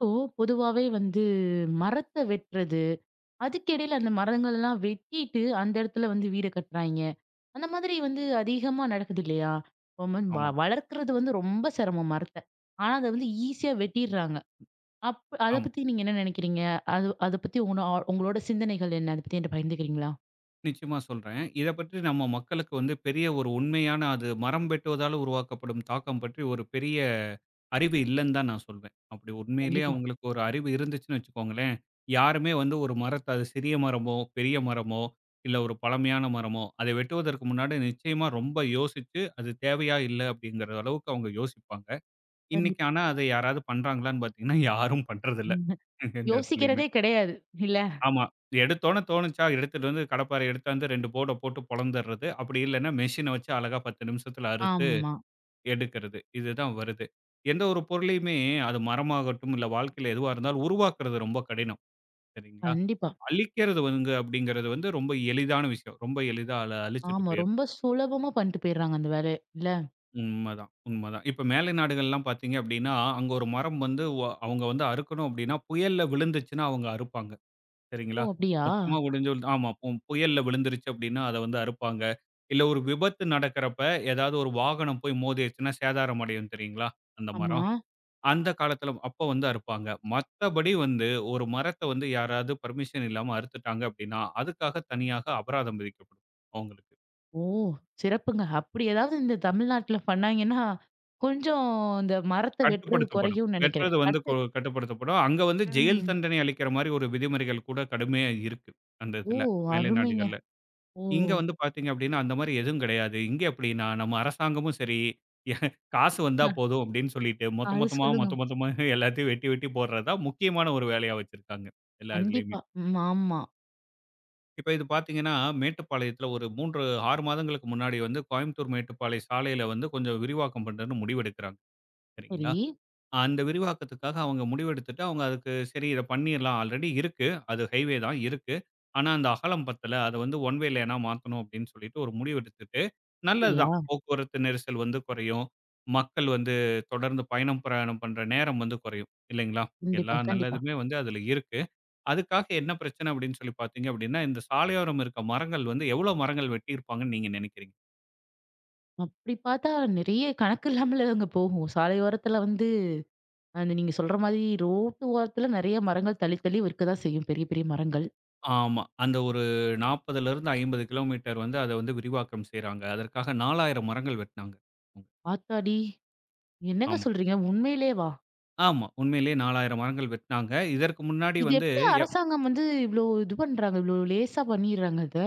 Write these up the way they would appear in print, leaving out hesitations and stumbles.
இப்போ பொதுவாவே வந்து மரத்த வெட்டுறது, அதுக்கிடையில அந்த மரங்கள்லாம் வெட்டிட்டு அந்த இடத்துல வந்து வீடு கட்டுறாய்ங்க. அந்த மாதிரி வந்து அதிகமா நடக்குது இல்லையா? ரொம்ப வ ஆமாங்க. வளர்க்கிறது வந்து ரொம்ப சிரமம் மரத்த. ஆனா அத வந்து ஈஸியா வெட்டிர்றாங்க. அப் அத ஆமா. பத்தி நீங்க என்ன நினைக்கிறீங்க? அது அத பத்தி உங்களோட சிந்தனைகள் என்ன? அத பத்தி என்ட்ட பகிர்ந்துக்கிறீங்களா? நிச்சயமா சொல்றேன். இத பற்றி நம்ம மக்களுக்கு வந்து பெரிய ஒரு உண்மையான அது மரம் வெட்டுவதால உருவாக்கப்படும் தாக்கம் பற்றி ஒரு பெரிய அறிவு இல்லன்னு தான் நான் சொல்வேன். அப்படி உண்மையிலேயே கண்டிப்பா, அவங்களுக்கு ஒரு அறிவு இருந்துச்சுன்னு வச்சுக்கோங்களேன், யாருமே வந்து ஒரு மரத்த அது சிறிய மரமோ, பெரிய மரமோ, இல்ல ஒரு பழமையான மரமோ, அதை வெட்டுவதற்கு முன்னாடி நிச்சயமா ரொம்ப யோசிச்சு, அது தேவையா இல்ல அப்படிங்கிற அளவுக்கு அவங்க யோசிப்பாங்க. இன்னைக்கு கண்டிப்பா. ஆனா அத யாராவது பண்றாங்களான்னு பார்த்தீங்கன்னா, யாரும் பண்றதில்ல. உம். எந்த இடத்துலயுமே. யோசிக்கிறதே கிடையாது. இல்ல? ஆமா. எடுத்தோனே தோணுச்சா, எடுத்துட்டு வந்து கடப்பாரை எடுத்தாந்து 2 போர்ட போட்டு பொளந்துறது. அப்படி இல்லன்னா மெஷின வச்சு அழகா 10 நிமிஷத்துல அறுத்து ஆமா. எடுக்கிறது. இதுதான் வருது. எந்த ஒரு பொருளையுமே அது மரமாகட்டும், இல்ல வாழ்க்கையில எதுவா இருந்தாலும் உருவாக்குறது ரொம்ப கடினம். சரிங்களா? கண்டிப்பா. அழிக்கிறது வந்து அப்படிங்கிறது வந்து ரொம்ப எளிதான விஷயம். ரொம்ப எளிதா அழிச்சுட்டு ஆமா. போயிரலாம். ரொம்ப சுலபமா பண்ணிட்டு போயிர்றாங்க அந்த வேலைய. இல்ல? உண்மதான், உண்மதான். இப்ப மேலை நாடுகள்லாம் பார்த்தீங்க அப்படின்னா, அங்க ஒரு மரம் வந்து அவங்க வந்து அறுக்கணும் அப்படின்னா, புயல்ல விழுந்துச்சுன்னா அவங்க அறுப்பாங்க. ஓ! சரிங்களா? அப்படியா? மொத்தமா ஆமா. புயல்ல விழுந்துருச்சு அப்டின்னா, அத வந்து அறுப்பாங்க. இல்ல ஒரு விபத்து நடக்கிறப்ப ஏதாவது ஒரு வாகனம் போய் மோதிருச்சுன்னா சேதாரம் அடையும் தெரியுங்களா? அந்த ஆமா. மரம். அந்த காலத்துல அப்ப வந்து அறுப்பாங்க. மத்தபடி வந்து ஒரு மரத்த வந்து யாராவது பெர்மிஷன் இல்லாம அறுத்துட்டாங்க அப்டின்னா, அதுக்காக தனியாக அபராதம் விதிக்கப்படும் அவங்களுக்கு. ஓ! சிறப்புங்க. அப்படி ஏதாவது இந்த தமிழ்நாட்டுல பண்ணாங்கன்னா, கொஞ்சம் இந்த மரத்த வெட்டுறது கட்டுப்படுத்தப்படும். குறையும்னு நெனைக்கிறேன். வெட்டுறது வந்து கட்டுப்படுத்தப்படும். அங்க வந்து ஜெயில் ம். தண்டனை அளிக்கிற மாரி ஒரு விதிமுறைகள் கூட கடுமையா இருக்கு. அந்த ஓ! இதுல மேலை அருமைங்க. நாடுகள்ல. ஓ! இங்க வந்து பார்த்தீங்க அப்டின்னா, அந்த மாரி எதுவும் கிடையாது. இங்க எப்டின்னா, நம்ம அரசாங்கமும் சரி, காசு வந்தா அ போதும் அப்டின்னு சொல்லிட்டு, மொத்த அது மொத்தமா, சொல்லுங்க. மொத்த மொத்தமா எல்லாத்தையும் வெட்டி வெட்டி போடுறது தான் முக்கியமான ஒரு வேலையா வச்சிருக்காங்க. எல்லா இதுலயுமே. கண்டிப்பா. ம். ஆமா. இப்ப இது பார்த்தீங்கன்னா, மேட்டுப்பாளையத்துல ஒரு 3, 6 மாதங்களுக்கு முன்னாடி வந்து கோயம்புத்தூர் மேட்டுப்பாளைய சாலையில வந்து கொஞ்சம் விரிவாக்கம் பண்றதுன்னு முடிவெடுக்கிறாங்க. சரிங்களா? சரி. அந்த விரிவாக்கத்துக்காக அவங்க முடிவெடுத்துட்டு, அவங்க அதுக்கு சரி இத பண்ணிரலாம். ஆல்ரெடி இருக்கு. அது ஹைவே தான் இருக்கு. ஆனா, அந்த அகலம் பத்தல. அத வந்து ஒன் வே லேனா மாத்தணும் அப்டின்னு சொல்லிட்டு ஒரு முடிவெடுத்துட்டு, நல்லது அப்படியா? தான். போக்குவரத்து நெரிசல் வந்து குறையும். மக்கள் வந்து தொடர்ந்து பயணம், பிரயாணம் பண்ற நேரம் வந்து குறையும். இல்லைங்களா? எல்லா கண்டிப்பா, கண்டிப்பா. நல்லதுமே வந்து அதுல இருக்கு. அதுக்காக என்ன பிரச்சனை அப்டின்னு சொல்லி பார்த்தீங்க அப்டின்னா, இந்த சாலையோரம் இருக்க மரங்கள் வந்து எவ்வளோ மரங்கள் வெட்டியிருப்பாங்கன்னு நீங்க நெனைக்கிறீங்க? அப்படி பார்த்தா நெறைய கணக்கு இல்லாமல அங்க போகும். சாலை ஓரத்துல வந்து அந்த நீங்க சொல்ற மாதிரி ரோட்டு ஓரத்துல நெறைய மரங்கள் தள்ளி, தள்ளி இருக்கதான் செய்யும். பெரிய, பெரிய மரங்கள். ஆமா. அந்த ஒரு 40லருந்து 50 கிலோமீட்டர் வந்து அத வந்து விரிவாக்கம் செய்றாங்க. அதற்காக 4000 மரங்கள் வெட்னாங்க. ம். ஆத்தாடி! என்னங்க ஆமா. சொல்றீங்க? உண்மையிலேவா? ஆமா. உண்மையிலேயே 4000 மரங்கள் வெட்னாங்க. இதற்கு முன்னாடி இது வந்து எப்படி எவ் அரசாங்கம் வந்து இவ்ளோ இது பண்றாங்க? இவ்ளோ லேசா பண்ணிர்றாங்க அத.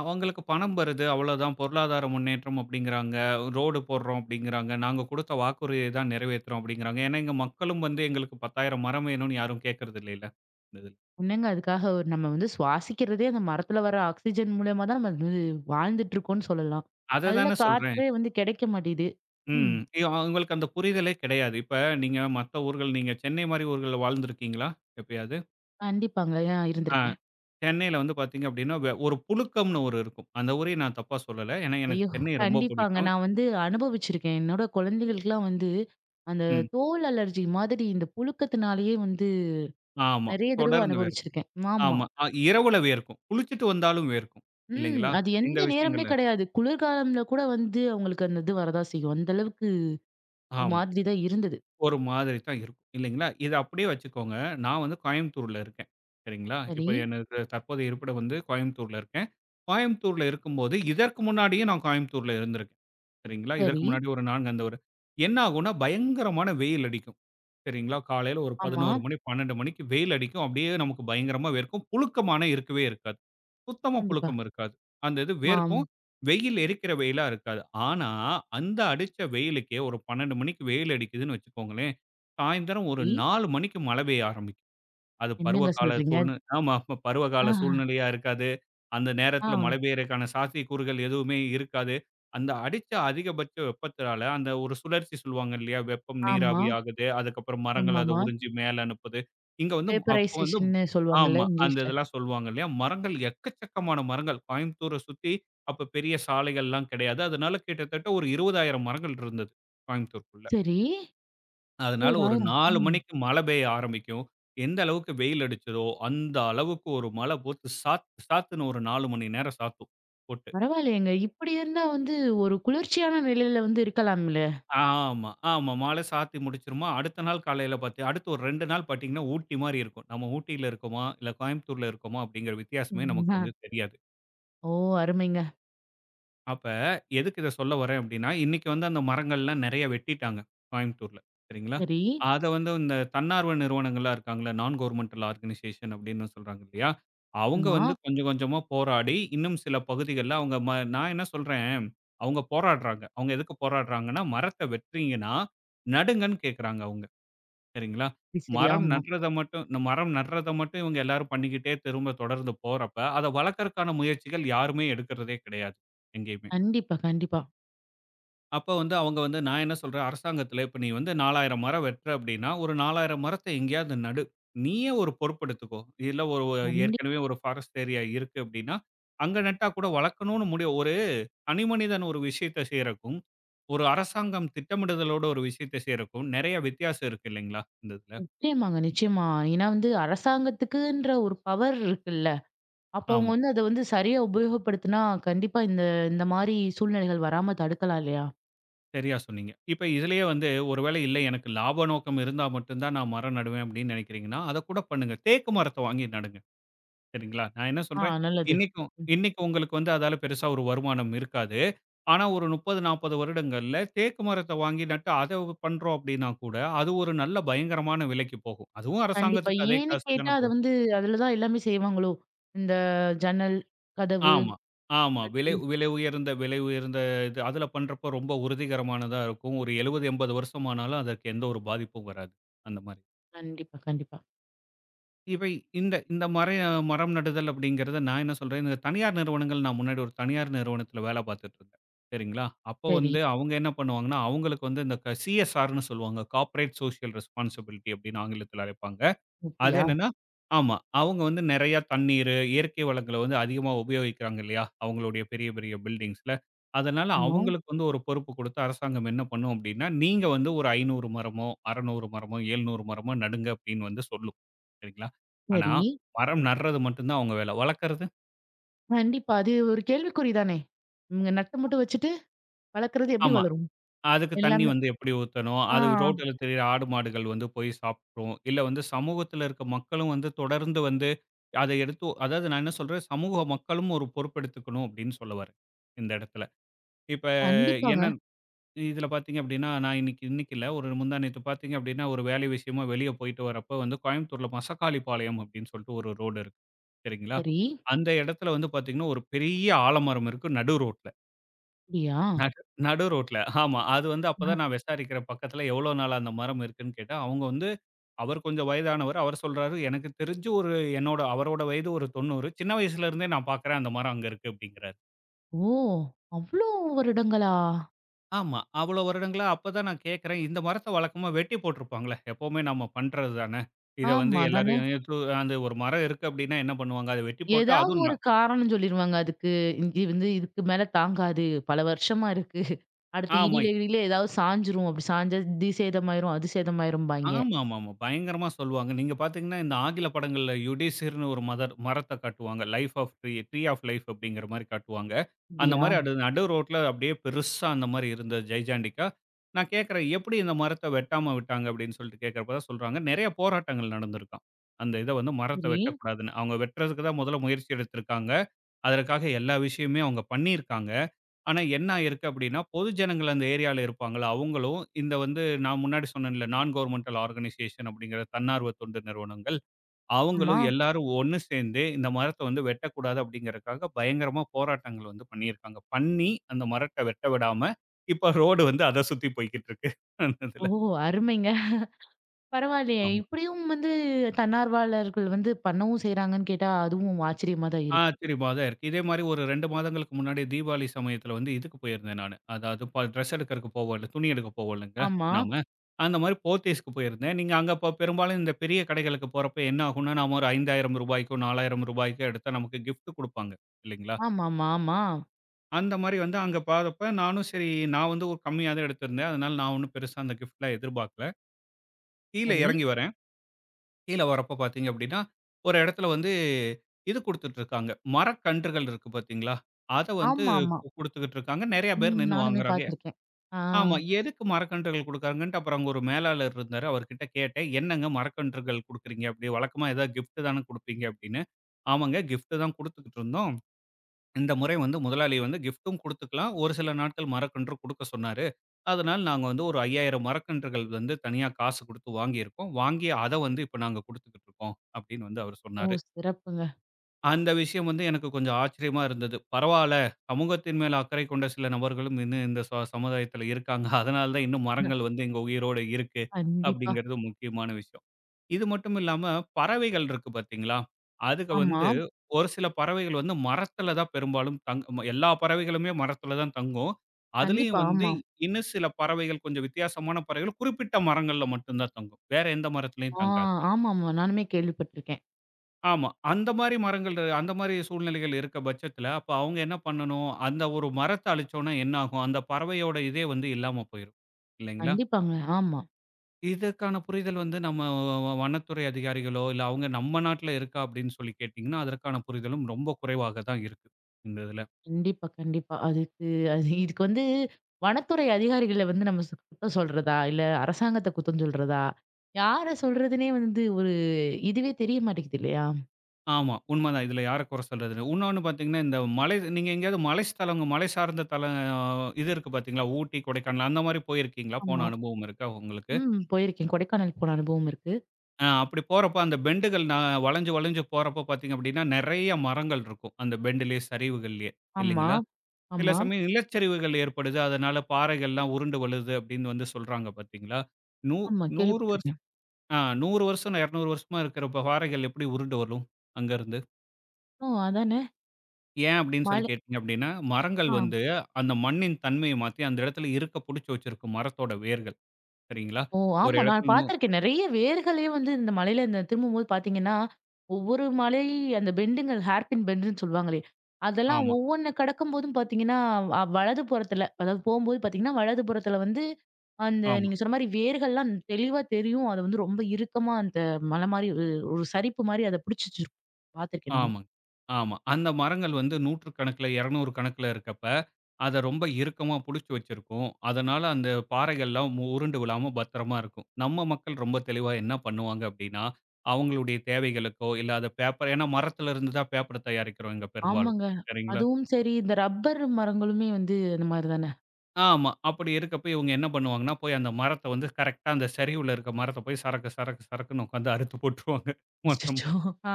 அவங்களுக்கு பணம் வருது அவ்வளோதான் பொருளாதார முன்னேற்றம் அப்படிங்கிறாங்க. ரோடு போடுறோம் அப்படிங்கிறாங்க. நாங்க குடுத்த வாக்குறுதிய தான் நிறைவேத்துறோம் அப்படிங்கிறாங்க. ஏன்னா எங்க மக்களும் வந்து எங்களுக்கு 10,000 மரம் வேணும்னு யாரும் கேட்கறது இல்லைல்ல. இந்த இதுல. என்னங்க அதுக்காக ஒரு நம்ம வந்து சுவாசிக்கிறதே அந்த மரத்துல வர ஆக்ஸிஜன் மூலியமா தான் நம்ம வந்து வாழ்ந்துட்டு இருக்கோம்னு சொல்லலாம். அத நல்ல தானே சொல்றேன். காற்றே வந்து கிடைக்க மாட்டேங்குது. ம். ம். அவங்களுக்கு அந்த புரிதலே கிடையாது. இப்ப நீங்க மத்த ஊர்கள் நீங்க சென்னை மாரி ஊர்கள்ல வாழ்ந்துருக்கீங்களா எப்பயாவது? கண்டிப்பாங்க. ஆ ஆ. இருந்திருக்கேன். சென்னையில வந்து பார்த்தீங்க அப்படின்னா, ஒரு புழுக்கம்னு ஒரு இருக்கும். அந்த ஊரையே நான் தப்பா சொல்லல. ஏன்னா எனக்கு ஐயோ! சென்னை ரொம்ப கண்டிப்பாங்க. பிடிக்கும். நான் வந்து அனுபவிச்சிருக்கேன். என்னோட குழந்தைகளுக்குலாம் வந்து அந்த ம். தோல் அலர்ஜி மாதிரி இந்த புழுக்கத்தினாலேயே வந்து ஆமா. நெறைய தடவ தொடர்ந்து வேர்க்கும். அனுபவிச்சிருக்கேன். ஆமா. ஆமா. இரவுல வேர்க்கும். குளிச்சுட்டு வந்தாலும் வேர்க்கும். ம். இல்லைங்களா? அது இந்த எந்த நேரம்னே விஷயங்கள்ல. இருக்கும். கிடையாது. குளிர்காலம்ல கூட வந்து அவங்களுக்கு அந்த இது வரதான் செய்யும். அந்த அளவுக்கு ஒரு ஆமா. மாதிரி தான் இருந்தது. ஒரு மாதிரி தான் இருக்கும் இல்லைங்களா? இத அப்படியே வச்சுக்கோங்க. நான் வந்து கோயம்புத்தூர்ல இருக்கேன். சரிங்களா? சரி, இப்போ எனக்கு தற்போதைய இருப்பிடம் வந்து கோயம்புத்தூர்ல இருக்கேன். கோயம்புத்தூர்ல இருக்கும்போது, இதற்கு முன்னாடியும் நான் கோயம்புத்தூர்ல இருந்திருக்கேன். சரிங்களா? இதற்கு சரி. முன்னாடி ஒரு 4 அந்த ஒரு என்ன ஆகும்னா, பயங்கரமான வெயில் அடிக்கும். சரிங்களா? காலையில ஒரு ஆமா. 11 மணி, 12 மணிக்கு வெயில் அடிக்கும். அப்படியே நமக்கு பயங்கரமா வேர்க்கும். புழுக்கமான இருக்கவே இருக்காது. சுத்தமா கண்டிப்பா. புழுக்கம் இருக்காது. அந்த இது ஆம். வேர்க்கும். வெயில் எரிக்கிற வெயிலா இருக்காது. ஆனா, அந்த அடிச்ச வெயிலுக்கே ஒரு 12 மணிக்கு வெயில் அடிக்குதுன்னு வச்சுக்கோங்களேன், சாயந்தரம் ஒரு சரி. 4 மணிக்கு மழை பெய்ய ஆரம்பிக்கும். அது என்னங்க பருவகால சொல்றீங்க? சூழ்நி ஆமா பருவகால ஆஹ. சூழ்நிலையா இருக்காது. அந்த ஆ. நேரத்தில மழை பெய்யறக்கான சாத்தியக்கூறுகள் எதுவுமே இருக்காது. அந்த அடிச்ச அதிகபட்ச வெப்பத்தினால அந்த ஒரு சுழற்சி சொல்லுவாங்க இல்லையா? வெப்பம் ஆமா. நீராவி ஆகுது. அதுக்கப்புறம் மரங்கள் அத ஆமாமா. உறிஞ்சி மேல அனுப்புது. இங்க வந்து அப்ப வந்து வேப்பரைசேஷன்னு சொல்லுவாங்கல்ல ஆமா. அந்த இங்கிலீஷ்ல. இதெல்லாம் சொல்லுவாங்க இல்லையா? மரங்கள் எக்கச்சக்கமான மரங்கள் கோயம்புத்தூர சுத்தி அப்ப பெரிய சாலைகள்லாம் கிடையாது. அதனால கிட்டத்தட்ட ஒரு 20,000 மரங்கள் இருந்தது கோயம்புத்தூருக்குள்ள. சரி. அதனால ஒரு 20,000 4 ம். மணிக்கு மழை பெய்ய ஆரம்பிக்கும். எந்த அளவுக்கு வெயில் அடிச்சதோ, அந்த அளவுக்கு ஒரு மழை போத்து சாத்து சாத்துன்னு ஒரு 4 மணி நேரம் சாத்தும் போட்டு. பரவாயில்லையேங்க. இப்படி இருந்தா வந்து ஒரு குளிர்ச்சியான நிலையில வந்து இருக்கலாம்ல. ஆமா, ஆமா. மழை சாத்தி முடிச்சுருமா, அடுத்த நாள் காலையில பாத்து அடுத்து ஒரு 2 நாள் பாத்தீங்கன்னா, ஊட்டி மாரி இருக்கும். நம்ம ஊட்டியில இருக்கோமா, இல்ல கோயம்புத்தூர்ல இருக்கோமா அப்படிங்கிற வித்தியாசமே ம். நமக்கு அ. வந்து தெரியாது. ஓ! அருமைங்க. அப்ப எதுக்கு இத சொல்ல வரேன் அப்படின்னா, இன்னைக்கு வந்து அந்த மரங்கள்லாம் நெறைய வெட்டிட்டாங்க, கோயம்புத்தூர்ல. சரிங்களா? சரி. அத வந்து இந்த தன்னார்வ நிறுவனங்கள்லாம் இருக்காங்கல்ல, நான் கவர்ன்மென்டல் ஆர்கனைசேஷன் அப்படின்னு சொல்றாங்க இல்லையா? அவங்க ஆமா. வந்து கொஞ்சம் கொஞ்சமா போராடி, இன்னும் சில பகுதிகள்ல அவங்க நான் என்ன சொல்றேன், அவங்க போராடுறாங்க. அவங்க எதுக்கு போராடுறாங்கன்னா, மரத்த வெட்றீங்கன்னா, நடுங்கன்னு கேட்கறாங்க அவங்க. சரிங்களா? சரி, சரி. மரம் ஆமா. நடுறத மட்டும் இந்த மரம் நடுறத மட்டும் இவங்க எல்லாரும் பண்ணிக்கிட்டே திரும்ப தொடர்ந்து போறப்ப, அத வளர்க்கறக்கான முயற்சிகள் யாருமே எடுக்கிறதே கிடையாது, எங்கேயுமே. கண்டிப்பா, கண்டிப்பா. அப்ப வந்து அவங்க வந்து நான் என்ன சொல்றேன், அரசாங்கத்தில இப்ப நீ வந்து 4000 மரம் வெட்டுற அப்படின்னா, ஒரு 4000 மரத்தை எங்கேயாவது நடு. நீயே ஒரு பொறுப்பெடுத்துக்கோ. இல்ல ஒரு ஒரு கண்டிப் ஏற்கனவே ஒரு ஃபாரஸ்ட் ஏரியா இருக்கு அப்படின்னா, அங்க நட்டா கூட வளர்க்கணும்னு முடிவு ஒரு தனிமனிதன் ஒரு விஷயத்த செய்றக்கும், ஒரு அரசாங்கம் திட்டமிடுதலோட ஒரு விஷயத்த செய்றக்கும் நெறைய வித்தியாசம் இருக்கு இல்லைங்களா? இந்த இதுல. நிச்சயமாங்க, நிச்சயமா. ஏன்னா வந்து அரசாங்கத்துக்குன்ற ஒரு பவர் இருக்குல்ல. அப்போ அவங்க ஆமா. வந்து அத வந்து சரியா உபயோகப்படுத்தினா, கண்டிப்பா இந்த இந்த மாரி சூழ்நிலைகள் வராம தடுக்கலாம் இல்லையா? சரியா சொன்னீங்க. இப்ப இதிலேயே வந்து ஒருவேளை இல்ல எனக்கு லாப நோக்கம் இருந்தா மட்டும் தான் நான் மரம் நடுவேன் அப்படின்னு நினைக்கிறீங்கன்னா, அத கூட பண்ணுங்க. தேக்கு மரத்த வாங்கி நடுங்க. சரிங்களா? நான் என்ன ஆ சொல்றேன், நல்லது. இன்னைக்கும் ம். இன்னைக்கு உங்களுக்கு வந்து அதால பெருசா ஒரு வருமானம் இருக்காது. ஆனா ஒரு 30, 40 வருடங்கள்ல தேக்கு மரத்த வாங்கி நட்டு அத பண்றோம் அப்டின்னா கூட, அது ஒரு நல்ல பயங்கரமான விலைக்கு போகும். அதுவும் கண்டிப்பா. அரசாங்கத்துக்கு அதே ஏன்னு காசு கேட்டா, தான அத போது. வந்து அதுல தான் எல்லாமே செய்வாங்களோ! இந்த ஜன்னல், கதவு. ஆமா, ஆமா. விலை ம். விலை உயர்ந்த விலை உயர்ந்த இது அதுல பண்றப்போ ரொம்ப உறுதிகரமானதா இருக்கும். ஒரு 70, 80 வருஷமானாலும் அதற்கு எந்த ஒரு பாதிப்பும் வராது. அந்த மாரி. கண்டிப்பா, கண்டிப்பா. இவை இந்த இந்த மர மரம் நடுதல் அப்படிங்கிறத நான் என்ன சொல்றேன், இந்த தனியார் நிறுவனங்கள் நான் முன்னாடி ஒரு தனியார் நிறுவனத்தில வேலை பார்த்துட்டு இருந்தேன். சரிங்களா? அப்போ சரி. வந்து அவங்க என்ன பண்ணுவாங்கன்னா, அவங்களுக்கு வந்து இந்த சிஎஸ்ஆர்ன்னு சொல்லுவாங்க. கார்ப்பரேட் சோஷியல் ரெஸ்பான்சிபிலிட்டி அப்படின்னு ஆங்கிலத்தில அழைப்பாங்க. அது அப்படியா? என்னன்னா ஆமா. அவங்க வந்து நெறையா தண்ணீரு, இயற்கை வளங்கள வந்து அதிகமா உபயோகிக்கிறாங்க இல்லையா? அவங்களுடைய பெரிய, பெரிய பில்டிங்ஸ்ல. அதனால ஆமா. அவங்களுக்கு வந்து ஒரு பொறுப்பு குடுத்து அரசாங்கம் என்ன பண்ணும் அப்டின்னா, நீங்க வந்து ஒரு 500 மரமோ, 600 மரமோ, 700 மரமோ நடுங்க அப்டின்னு வந்து சொல்லும். சரிங்களா? ஆனா, சரி. மரம் நட்றது மட்டும் தான் அவங்க வேல. வளர்க்கறது கண்டிப்பா. அது ஒரு கேள்விக்குறி தானே! இவங்க நட்ட மட்டும் வச்சுட்டு வளர்க்குறது எப்படி ஆமா. வளரும்? அதுக்கு தண்ணி எல்லாமே வந்து எப்படி ஊத்தணும்? ஆ அது ரோட்ல திரியிற ஆடு, மாடுகள் வந்து போய் சாப்பிட்ரும். இல்ல வந்து சமூகத்துல இருக்க மக்களும் வந்து தொடர்ந்து வந்து அத எடுத்து அதாவது நான் என்ன சொல்றேன், சமூக மக்களும் ஒரு பொறுப்பெடுத்துக்கணும் அப்படின்னு சொல்ல வரேன், இந்த இடத்துல. இப்ப என்ன கண்டிப்பாங்க. இதுல பார்த்தீங்க அப்படின்னா, நான் இன்னைக்கு இன்னைக்கு இல்ல, ஒரு முந்தா நேத்து பார்த்தீங்க அப்படின்னா, ஒரு வேலை விஷயமா வெளிய போயிட்டு வரப்ப வந்து கோயம்புத்தூர்ல மசக்காளிபாளையம் அப்படின்னு சொல்லிட்டு ஒரு ரோடு இருக்கு. சரிங்களா? சரி. அந்த இடத்துல வந்து பார்த்தீங்கன்னா, ஒரு பெரிய ஆலமரம் இருக்கு நடு ரோட்ல. அப்படியா? நடு நடு ரோட்ல. ஆமா. அது வந்து ஆ. அப்பதான் நான் விசாரிக்கிறேன் பக்கத்துல எவ்வளோ நாளா அந்த மரம் இருக்குன்னு கேட்டா, அவங்க வந்து அவர் கொஞ்சம் வயதானவர். அவர் சொல்றாரு, "எனக்கு தெரிஞ்சு ஒரு அவரோட வயது ஒரு 90. சின்ன வயசுல இருந்தே நான் பார்க்குறேன் அந்த மரம் அங்க இருக்கு" அப்படிங்கிறாரு. ஓ! அவ்ளோ வருடங்களா? ஆமா. அவ்வளோ வருடங்களா அப்பதான் நான் கேட்கிறேன், "இந்த மரத்த வழக்கமா வெட்டி போட்டுருப்பாங்கல்ல. எப்பவுமே நம்ம பண்றது தானே. இத வந்து ஆமா. தானே! எல்லாரும் அந்த ஒரு மரம் இருக்கு அப்படின்னா என்ன பண்ணுவாங்க? அத வெட்டி போட்டா ஏதாவது அதுவும் ந" ஒரு காரணம் சொல்லிருவாங்க அதுக்கு. இது வந்து இதுக்கு மேல தாங்காது. பல வருஷமா இருக்கு. அடுத்து ஆமா. இடியில இடியில ஏதாவது சாஞ்சிரும். அப்படி சாஞ்சா இது சேதமாயிரும், அது சேதமாயிரும்பாய்ங்க. ஆமாமாமா. பயங்கரமா சொல்லுவாங்க. நீங்க பார்த்தீங்கன்னா, இந்த ஆங்கில படங்கள்ல யுடிசிர்ன்னு ஒரு மதர் மரத்த காட்டுவாங்க. Life of tree tree of life அப்படிங்கிற மாரி காட்டுவாங்க. அந்த அப்படியா? மாரி அது நடு ரோட்ல அப்படியே பெருசா அந்த மாரி இருந்தது ஜைஜாண்டிக்கா. நான் கேட்கிறேன், "எப்படி இந்த மரத்த வெட்டாம விட்டாங்க?" அப்படின்னு சொல்லிட்டு கேட்கிறப்ப தான் சொல்றாங்க, "நெறைய போராட்டங்கள் நடந்திருக்காம். அந்த இத வந்து மரத்த சரி. வெட்டக்கூடாதுன்னு. அவங்க வெட்டுறதுக்கு தான் முதல்ல முயற்சி எடுத்திருக்காங்க. அதற்காக எல்லா விஷயமுமே அவங்க பண்ணியிருக்காங்க. ஆனா என்ன ஆயிருக்கு அப்படின்னா, பொது ஜனங்கள் அந்த ஏரியால இருப்பாங்கல்ல, அவங்களும் இந்த வந்து நான் முன்னாடி சொன்னேன்ல நான் கவர்ன்மென்டல் ஆர்கனைசேஷன் அப்படிங்கிற தன்னார்வ தொண்டு நிறுவனங்கள், ஆமா. அவங்களும் எல்லாரும் ஒண்ணு சேர்ந்து இந்த மரத்த வந்து வெட்டக்கூடாது அப்படிங்கிறதுக்காக பயங்கரமா போராட்டங்கள் வந்து பண்ணியிருக்காங்க. பண்ணி அந்த மரத்த வெட்ட விடாம, இப்ப ரோடு வந்து அத சுத்தி போய்க்கிட்டு இருக்கு அந்த ஓ! இதுல. அருமைங்க. பரவாயில்லையே! இப்படியும் வந்து தன்னார்வலர்கள் வந்து பண்ணவும் செய்றாங்கன்னு கேட்டா, அதுவும் ஆச்சரியமா தான் இருக்கு. ஆச்சரியமா தான் இருக்கு. இதே மாரி ஒரு 2 மாதங்களுக்கு முன்னாடி தீபாவளி சமயத்துல வந்து இதுக்கு போயிருந்தேன் நானு. அதாவது ட்ரெஸ் எடுக்கறக்கு போவோம்ல, துணி எடுக்க போவோம்லங்க ஆமா. நாம. அந்த மாரி போத்தீஸ்க்கு போயிருந்தேன். நீங்க அங்க இப்ப பெரும்பாலும் இந்த பெரிய கடைகளுக்கு போறப்ப என்ன ஆகும்னா, நாம ஒரு ரூ. 5,000க்கோ, ரூ. 4,000க்கோ எடுத்தா நமக்கு கிஃப்ட் குடுப்பாங்க இல்லைங்களா? ஆமாமா, ஆமா. ஆமா அந்த மாரி வந்து அங்க பாத்தப்ப நானும் சரி நான் வந்து ஒரு கம்மியா தான் எடுத்திருந்தேன். அதனால நான் ஒண்ணும் பெருசா அந்த கிஃப்ட்லாம் எதிர்பார்க்கல. கீழ சரி. இறங்கி வரேன். கீழ வரப்ப பார்த்தீங்க அப்படின்னா, ஒரு இடத்துல வந்து இது குடுத்துட்டுருக்காங்க. மரக்கன்றுகள் இருக்கு பார்த்தீங்களா? அத வந்து ஆமாமா. குடுத்துக்கிட்டு இருக்காங்க. நெறைய பேர் ம். நின்னு நானுமே வாங்குறாங்க. பார்த்துருக்கேன். ஆ. ஆமா. எதுக்கு மரக்கன்றுகள் குடுக்குறாங்கன்ட்டு அப்புறம் அங்க ஒரு மேலாளர் இருந்தாரு. அவர்கிட்ட கேட்டேன். "என்னங்க மரக்கன்றுகள் குடுக்குறீங்க? அப்படி வழக்கமா ஏதாவது கிஃப்ட் தான குடுப்பீங்க" அப்படின்னு. "ஆமாங்க கிஃப்ட் தான் குடுத்துக்கிட்டு இருந்தோம். இந்த முறை வந்து முதலாளி வந்து கிஃப்ட்டும் குடுத்துக்கலாம். ஒரு சில நாட்கள் மரக்கன்று குடுக்க சொன்னாரு. அதனால நாங்க வந்து ஒரு 5,000 மரக்கன்றுகள் வந்து தனியா காசு குடுத்து வாங்கியிருக்கோம். வாங்கி அத வந்து இப்ப நாங்க குடுத்துக்கிட்டு இருக்கோம்." அப்படின்னு வந்து அவரு ஓ! சொன்னாரு. சிறப்புங்க. அந்த விஷயம் வந்து எனக்கு கொஞ்சம் ஆச்சரியமா இருந்தது. பரவால்ல, சமூகத்தின் மேல் அக்கறை கொண்ட சில நபர்களும் இன்னும் இந்த சமுதாயத்தில இருக்காங்க. அதனால தான் இன்னும் மரங்கள் வந்து இங்க உயிரோட இருக்கு, கண்டிப்பா. அப்படிங்கிறது முக்கியமான விஷயம். இது மட்டும் இல்லாம, பறவைகள் இருக்கு பார்த்தீங்களா? அதுக்கு ஆமா. வந்து ஒரு சில பறவைகள் வந்து மரத்தில தான் பெரும்பாலும் எல்லா பறவைகளுமே மரத்தில தான் தங்கும். அதுலயும் கண்டிப்பா. வந்து ஆமா. இன்னும் சில பறவைகள், கொஞ்சம் வித்தியாசமான பறவைகள் குறிப்பிட்ட மரங்கள்ல மட்டும் தான் தங்கும். வேற எந்த மரத்திலயும் ஆ தங்காது. ஆமாமா. நானுமே கேள்விப்பட்டுருக்கேன். ஆமா. அந்த மாரி அந்த மாரி சூழ்நிலைகள் இருக்க பட்சத்தில, அப்ப அவங்க என்ன பண்ணணும்? அந்த ஒரு மரத்த அழிச்சோம்னா என்ன ஆகும்? அந்த பறவையோட இதே வந்து இல்லாம போயிரும். இல்லைங்களா? கண்டிப்பாங்க. ஆமா. இதற்கான புரிதல் வந்து நம்ம வனத்துறை அதிகாரிகளோ, இல்ல அவங்க நம்ம நாட்ல இருக்கா அப்படின்னு சொல்லி கேட்டீங்கன்னா, அதற்கான புரிதலும் ரொம்ப குறைவாக தான் இருக்கு. இந்த இதுல. கண்டிப்பா, கண்டிப்பா. அதுக்கு அது இதுக்கு வந்து வனத்துறை அதிகாரிகள வந்து நம்ம குத்தம் சொல்றதா? இல்ல அரசாங்கத்த குத்தம் சொல்றதா? யார சொல்றதுன்னே வந்து ஒரு இதுவே தெரிய மாட்டேங்குது இல்லையா? ஆமா. உண்மதான். இதுல யார குறை சொல்றது இல்ல. இன்னொன்னு பார்த்தீங்கன்னா, இந்த மலை நீங்க எங்கேயாவது மலை ஸ்தலங்க மலை சார்ந்த இது இருக்கு பார்த்தீங்களா? ஊட்டி, கொடைக்கானல் அந்த மாரி போயிருக்கீங்களா? போன ஆமா. அனுபவம் இருக்கா உங்களுக்கு? ம். போயிருக்கேன். கொடைக்கானல் போன அனுபவம் இருக்கு. ஆ அப்படி போறப்ப அந்த பெண்டுகள் நான் வளைஞ்சு, வளைஞ்சு போறப்ப பார்த்தீங்க அப்படின்னா, நெறைய மரங்கள் இருக்கும். அந்த பெண்டுலயே, சரிவுகள்லயே ஆமா, இல்லைங்களா? சில ஆமா, சமயம் நிலச்சரிவுகள் ஏற்படுது. அதனால பாறைகள்லாம் உருண்டு விழுது அப்படின்னு வந்து சொல்றாங்க பார்த்தீங்களா? நூ ஆமா. 100 வருஷம் கேள்விப்பட்டுருக்கேன். ஆ 100 வருஷம், 200 வருஷமா இருக்கிற பாறைகள் எப்படி உருண்டு வரும் அங்கருந்து? ஓ! அதானே. ஏன் அப்படின்னு சொல்லி மழை கேட்டீங்க அப்படின்னா, மரங்கள் ஆ. வந்து அந்த மண்ணின் தன்மைய மாத்தி அந்த இடத்துல இருக்க புடிச்சு வச்சிருக்கும் மரத்தோட வேர்கள். சரிங்களா? ஓ! ஒரு ஆமா. நான் இடத்துல நூ பார்த்துருக்கேன். நெறைய வேர்களே வந்து இந்த மலையில இந்த திரும்பும்போது பார்த்தீங்கன்னா, ஒவ்வொரு மலை அந்த பெண்டுங்க ஹேர்பின் பெண்டுன்னு சொல்லுவாங்களே, அதெல்லாம் ஆமா, ஒவ்வொன்னு கடக்கும்போதும் பார்த்தீங்கன்னா, அ வலது புறத்துல அதாவது போம்போது பார்த்தீங்கன்னா, வலது புறத்துல வந்து அந்த ஆமா. நீங்க சொன்ன மாரி வேர்கள்லாம் தெளிவா தெரியும். அது வந்து ரொம்ப இறுக்கமா அந்த மலை மாரி ஒரு ஒரு சரிப்பு மாரி அத பிடிச்சு வச்சிருக்கும். பார்த்துருக்கேன் நானு. ஆமாங்க. ஆமா. அந்த மரங்கள் வந்து 100 கணக்குல, 200 கணக்குல இருக்கப்ப, அத ரொம்ப இறுக்கமா புடிச்சு வச்சிருக்கும். அதனால அந்த பாறைகள்லாம் உருண்டு விழாம பத்திரமா இருக்கும். நம்ம மக்கள் ரொம்ப தெளிவா என்ன பண்ணுவாங்க அப்படின்னா, அவங்களுடைய தேவைகளுக்கோ, இல்ல அத பேப்பர் ஏன்னா மரத்துல இருந்து தான் பேப்பர் தயாரிக்கிறோம் இங்க பெரும்பாலும். ஆமாங்க. சரிங்களா? அதுவும் சரி, இந்த ரப்பர் மரங்களுமே வந்து அந்த மாரி தானே? ஆமா. அப்படி இருக்கப்ப இவங்க என்ன பண்ணுவாங்கன்னா, போய் அந்த மரத்த வந்து கரெக்ட்டா அந்த சரிவுல இருக்க மரத்த போய் சரக்கு, சரக்கு, சரக்குன்னு உட்காந்து அறுத்து போட்டுருவாங்க மொத்தமா. அச்சச்சோ! ஆ.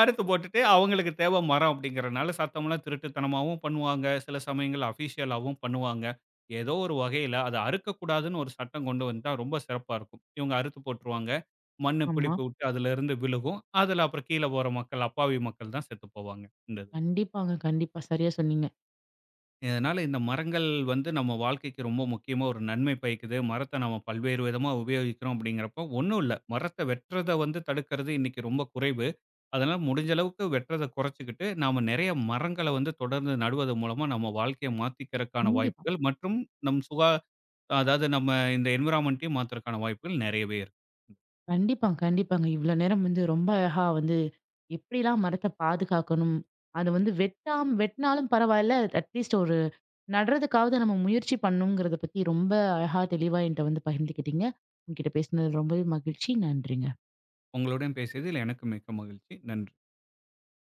அறுத்து போட்டுட்டு அவங்களுக்கு தேவை மரம் அப்படிங்கிறனால சத்தம்லாம் திருட்டுத்தனமாவும் பண்ணுவாங்க. சில சமயங்கள்ல அஃபிஷியலாவும் பண்ணுவாங்க. ஏதோ ஒரு வகையில அத அறுக்கக்கூடாதுன்னு ஒரு சட்டம் கொண்டு வந்தா ரொம்ப சிறப்பா இருக்கும். இவங்க அறுத்து போட்டுருவாங்க. மண்ணு ஆமா. பிடிப்பு விட்டு அதிலிருந்து விழுகும். அதுல அப்புறம் கீழ போற மக்கள், அப்பாவி மக்கள் தான் செத்து போவாங்க இந்த இதுல. கண்டிப்பாங்க. கண்டிப்பா. சரியா சொன்னீங்க. இதனால இந்த மரங்கள் வந்து நம்ம வாழ்க்கைக்கு ரொம்ப முக்கியமா ஒரு நன்மை பயக்குது. மரத்த நம்ம பல்வேறு விதமா உபயோகிக்கிறோம் அப்படிங்கிறப்போ, ஒண்ணும் இல்ல. மரத்த வெட்றத வந்து தடுக்கிறது இன்னைக்கு ரொம்ப குறைவு. அதனால முடிஞ்ச அளவுக்கு வெட்றத குறைச்சுக்கிட்டு, நாம நெறைய மரங்கள வந்து தொடர்ந்து நடுவதன் மூலமா நம்ம வாழ்க்கைய மாத்திக்கிறக்கான கண்டிப்பா. வாய்ப்புகள் மற்றும் நம் சுகா அதாவது நம்ம இந்த என்விரான்மென்ட்டையும் மாத்துறக்கான வாய்ப்புகள் நெறையவே இருக்கு. கண்டிப்பா, கண்டிப்பாங்க. இவ்ளோ நேரம் வந்து ரொம்ப அழகா வந்து எப்படிலாம் மரத்த பாதுகாக்கணும்? அது வந்து வெட்டாம் வெட்டினாலும் பரவாயில்ல. அட்லீஸ்ட் ஒரு நடுறதுக்காவது நம்ம முயற்சி பண்ணணுங்கிறத பத்தி ரொம்ப அழகா, தெளிவா என்ட்ட வந்து பகிர்ந்துக்கிட்டீங்க. உங்ககிட்ட பேசினது ரொம்பவே மகிழ்ச்சி. நன்றிங்க. உங்களுடன் பேசியதில் எனக்கு மிக்க மகிழ்ச்சி. நன்றி.